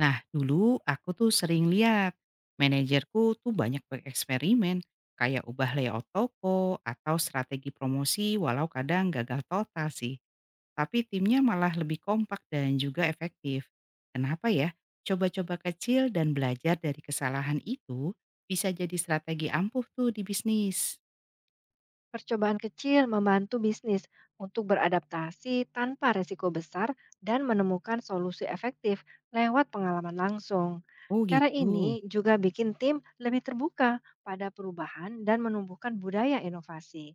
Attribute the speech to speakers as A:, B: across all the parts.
A: Nah, dulu aku tuh sering lihat manajerku tuh banyak bereksperimen, kayak ubah layout toko atau strategi promosi walau kadang gagal total sih. Tapi timnya malah lebih kompak dan juga efektif. Kenapa ya? Coba-coba kecil dan belajar dari kesalahan itu bisa jadi strategi ampuh tuh di bisnis.
B: Percobaan kecil membantu bisnis untuk beradaptasi tanpa resiko besar dan menemukan solusi efektif lewat pengalaman langsung.
A: Oh
B: Cara
A: gitu.
B: ini juga bikin tim lebih terbuka pada perubahan dan menumbuhkan budaya inovasi.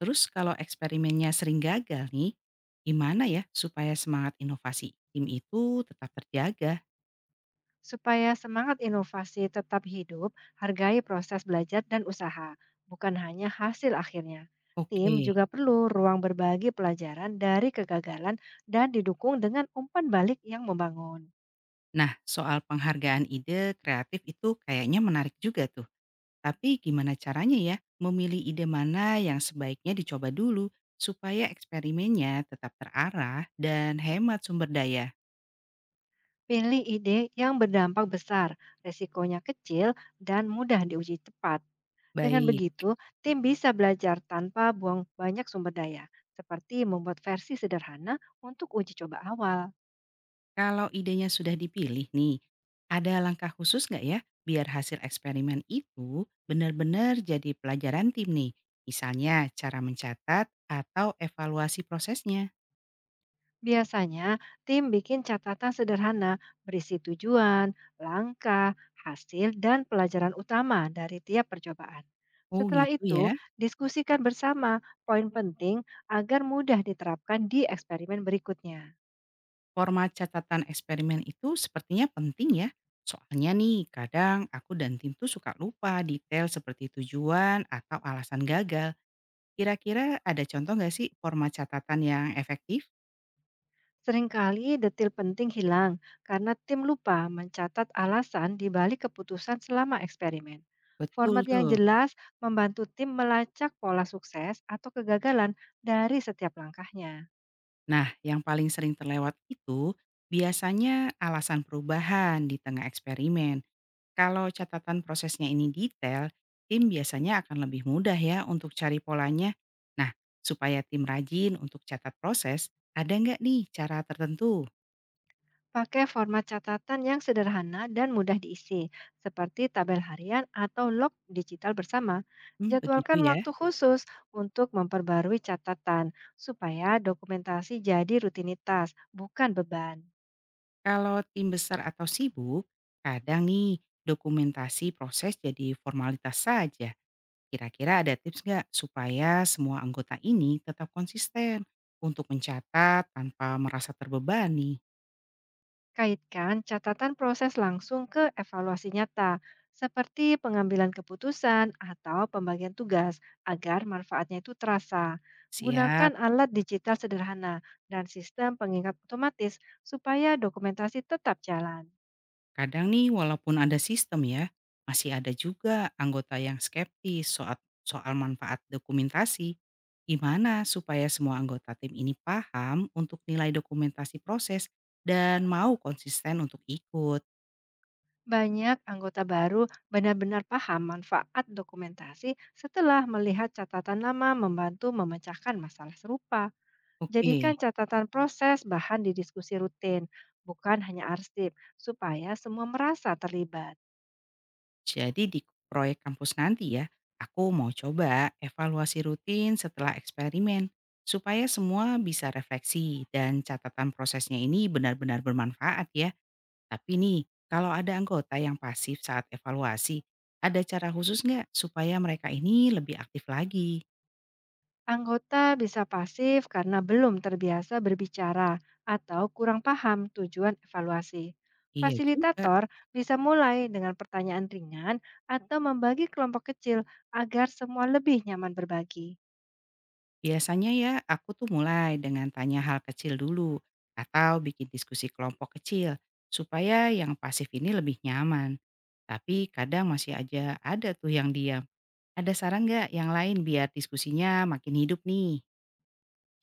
A: Terus kalau eksperimennya sering gagal nih, gimana ya supaya semangat inovasi tim itu tetap terjaga?
B: Supaya semangat inovasi tetap hidup, hargai proses belajar dan usaha, bukan hanya hasil akhirnya. Tim
A: Oke.
B: juga perlu ruang berbagi pelajaran dari kegagalan dan didukung dengan umpan balik yang membangun.
A: Nah, soal penghargaan ide kreatif itu kayaknya menarik juga tuh. Tapi gimana caranya ya memilih ide mana yang sebaiknya dicoba dulu supaya eksperimennya tetap terarah dan hemat sumber daya.
B: Pilih ide yang berdampak besar, resikonya kecil, dan mudah diuji cepat. Dengan
A: Baik,
B: begitu, tim bisa belajar tanpa buang banyak sumber daya, seperti membuat versi sederhana untuk uji coba awal.
A: kalau idenya sudah dipilih nih, ada langkah khusus nggak ya biar hasil eksperimen itu benar-benar jadi pelajaran tim nih? Misalnya cara mencatat atau evaluasi prosesnya.
B: Biasanya, tim bikin catatan sederhana berisi tujuan, langkah, hasil, dan pelajaran utama dari tiap percobaan.
A: Oh
B: Setelah
A: gitu
B: itu,
A: ya.
B: diskusikan bersama poin penting agar mudah diterapkan di eksperimen berikutnya.
A: Format catatan eksperimen itu sepertinya penting ya. Soalnya nih, kadang aku dan tim tuh suka lupa detail seperti tujuan atau alasan gagal. Kira-kira ada contoh nggak sih format catatan yang efektif?
B: Seringkali detil penting hilang karena tim lupa mencatat alasan di balik keputusan selama eksperimen.
A: Betul
B: Format yang
A: tuh.
B: jelas membantu tim melacak pola sukses atau kegagalan dari setiap langkahnya.
A: Nah, yang paling sering terlewat itu biasanya alasan perubahan di tengah eksperimen. Kalau catatan prosesnya ini detail, tim biasanya akan lebih mudah ya untuk cari polanya. Nah, supaya tim rajin untuk catat proses, ada nggak nih cara tertentu?
B: Pakai format catatan yang sederhana dan mudah diisi, seperti tabel harian atau log digital bersama.
A: Hmm, begitu
B: Jadwalkan waktu
A: ya.
B: khusus untuk memperbarui catatan, supaya dokumentasi jadi rutinitas, bukan beban.
A: Kalau tim besar atau sibuk, kadang nih dokumentasi proses jadi formalitas saja. Kira-kira ada tips nggak supaya semua anggota ini tetap konsisten untuk mencatat tanpa merasa terbebani?
B: Kaitkan catatan proses langsung ke evaluasi nyata, seperti pengambilan keputusan atau pembagian tugas, agar manfaatnya itu terasa. Gunakan
A: Siap.
B: alat digital sederhana dan sistem pengingat otomatis supaya dokumentasi tetap jalan.
A: Kadang nih walaupun ada sistem ya, masih ada juga anggota yang skeptis soal soal manfaat dokumentasi. Gimana supaya semua anggota tim ini paham untuk nilai dokumentasi proses dan mau konsisten untuk ikut.
B: Banyak anggota baru benar-benar paham manfaat dokumentasi setelah melihat catatan lama membantu memecahkan masalah serupa. Jadikan
A: Oke,
B: catatan proses bahan di diskusi rutin, bukan hanya arsip, supaya semua merasa terlibat.
A: jadi di proyek kampus nanti ya, aku mau coba evaluasi rutin setelah eksperimen supaya semua bisa refleksi dan catatan prosesnya ini benar-benar bermanfaat ya. Tapi nih, kalau ada anggota yang pasif saat evaluasi, ada cara khusus nggak supaya mereka ini lebih aktif lagi?
B: Anggota bisa pasif karena belum terbiasa berbicara atau kurang paham tujuan evaluasi.
A: Iya juga.
B: Fasilitator bisa mulai dengan pertanyaan ringan atau membagi kelompok kecil agar semua lebih nyaman berbagi.
A: Biasanya ya aku tuh mulai dengan tanya hal kecil dulu atau bikin diskusi kelompok kecil supaya yang pasif ini lebih nyaman. Tapi kadang masih aja ada tuh yang diam. Ada saran nggak yang lain biar diskusinya makin hidup nih?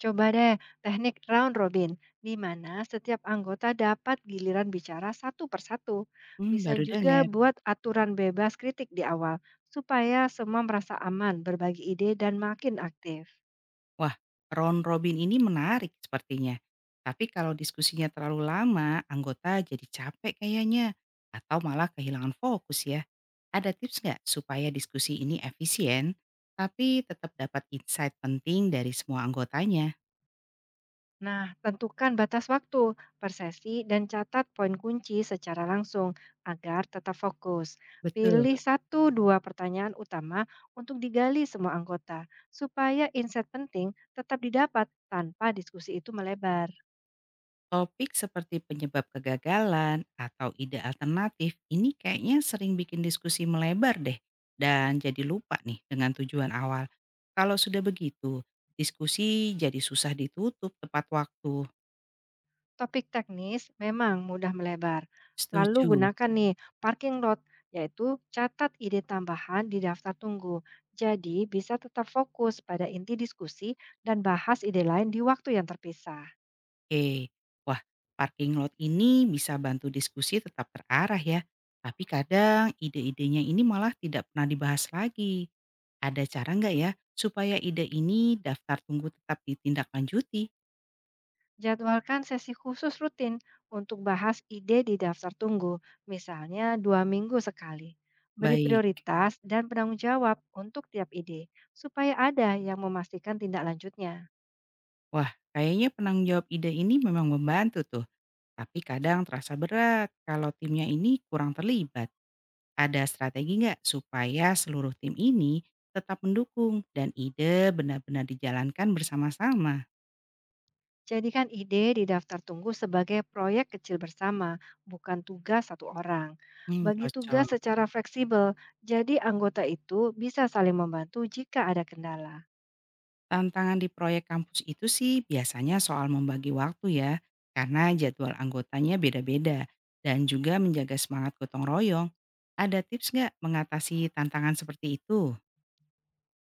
B: Coba deh teknik round robin, di mana setiap anggota dapat giliran bicara satu persatu.
A: Hmm,
B: Bisa
A: baru
B: juga
A: dengar.
B: buat aturan bebas kritik di awal, supaya semua merasa aman berbagi ide dan makin aktif.
A: Wah, round robin ini menarik sepertinya. Tapi kalau diskusinya terlalu lama, anggota jadi capek kayaknya. Atau malah kehilangan fokus ya. Ada tips nggak supaya diskusi ini efisien, tapi tetap dapat insight penting dari semua anggotanya?
B: Nah, tentukan batas waktu, persesi, dan catat poin kunci secara langsung agar tetap fokus. Pilih
A: Betul.
B: satu dua pertanyaan utama untuk digali semua anggota, supaya insight penting tetap didapat tanpa diskusi itu melebar.
A: Topik seperti penyebab kegagalan atau ide alternatif ini kayaknya sering bikin diskusi melebar deh dan jadi lupa nih dengan tujuan awal. Kalau sudah begitu, diskusi jadi susah ditutup tepat waktu.
B: Topik teknis memang mudah melebar. Lalu
A: Setuju.
B: gunakan nih parking lot, yaitu catat ide tambahan di daftar tunggu. Jadi bisa tetap fokus pada inti diskusi dan bahas ide lain di waktu yang terpisah.
A: Oke. Wah, parking lot ini bisa bantu diskusi tetap terarah ya. Tapi kadang ide-idenya ini malah tidak pernah dibahas lagi. Ada cara nggak ya supaya ide ini daftar tunggu tetap ditindaklanjuti?
B: Jadwalkan sesi khusus rutin untuk bahas ide di daftar tunggu, misalnya 2 minggu sekali. Beri
A: Baik.
B: prioritas dan penanggung jawab untuk tiap ide, supaya ada yang memastikan tindak lanjutnya.
A: Wah, kayaknya penanggung jawab ide ini memang membantu tuh. Tapi kadang terasa berat kalau timnya ini kurang terlibat. Ada strategi nggak supaya seluruh tim ini tetap mendukung dan ide benar-benar dijalankan bersama-sama?
B: Jadikan ide di daftar tunggu sebagai proyek kecil bersama, bukan tugas satu orang.
A: Hmm,
B: Bagi tugas
A: cocok.
B: secara fleksibel, jadi anggota itu bisa saling membantu jika ada kendala.
A: Tantangan di proyek kampus itu sih biasanya soal membagi waktu ya, karena jadwal anggotanya beda-beda dan juga menjaga semangat gotong royong. Ada tips nggak mengatasi tantangan seperti itu?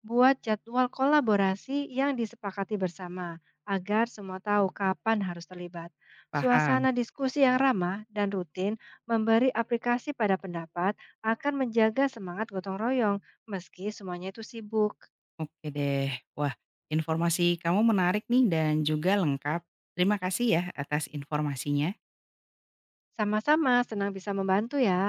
B: Buat jadwal kolaborasi yang disepakati bersama agar semua tahu kapan harus terlibat.
A: Paham.
B: Suasana diskusi yang ramah dan rutin memberi aplikasi pada pendapat akan menjaga semangat gotong royong meski semuanya itu sibuk.
A: Oke deh. Wah, informasi kamu menarik nih dan juga lengkap. Terima kasih ya atas informasinya.
B: Sama-sama senang bisa membantu ya.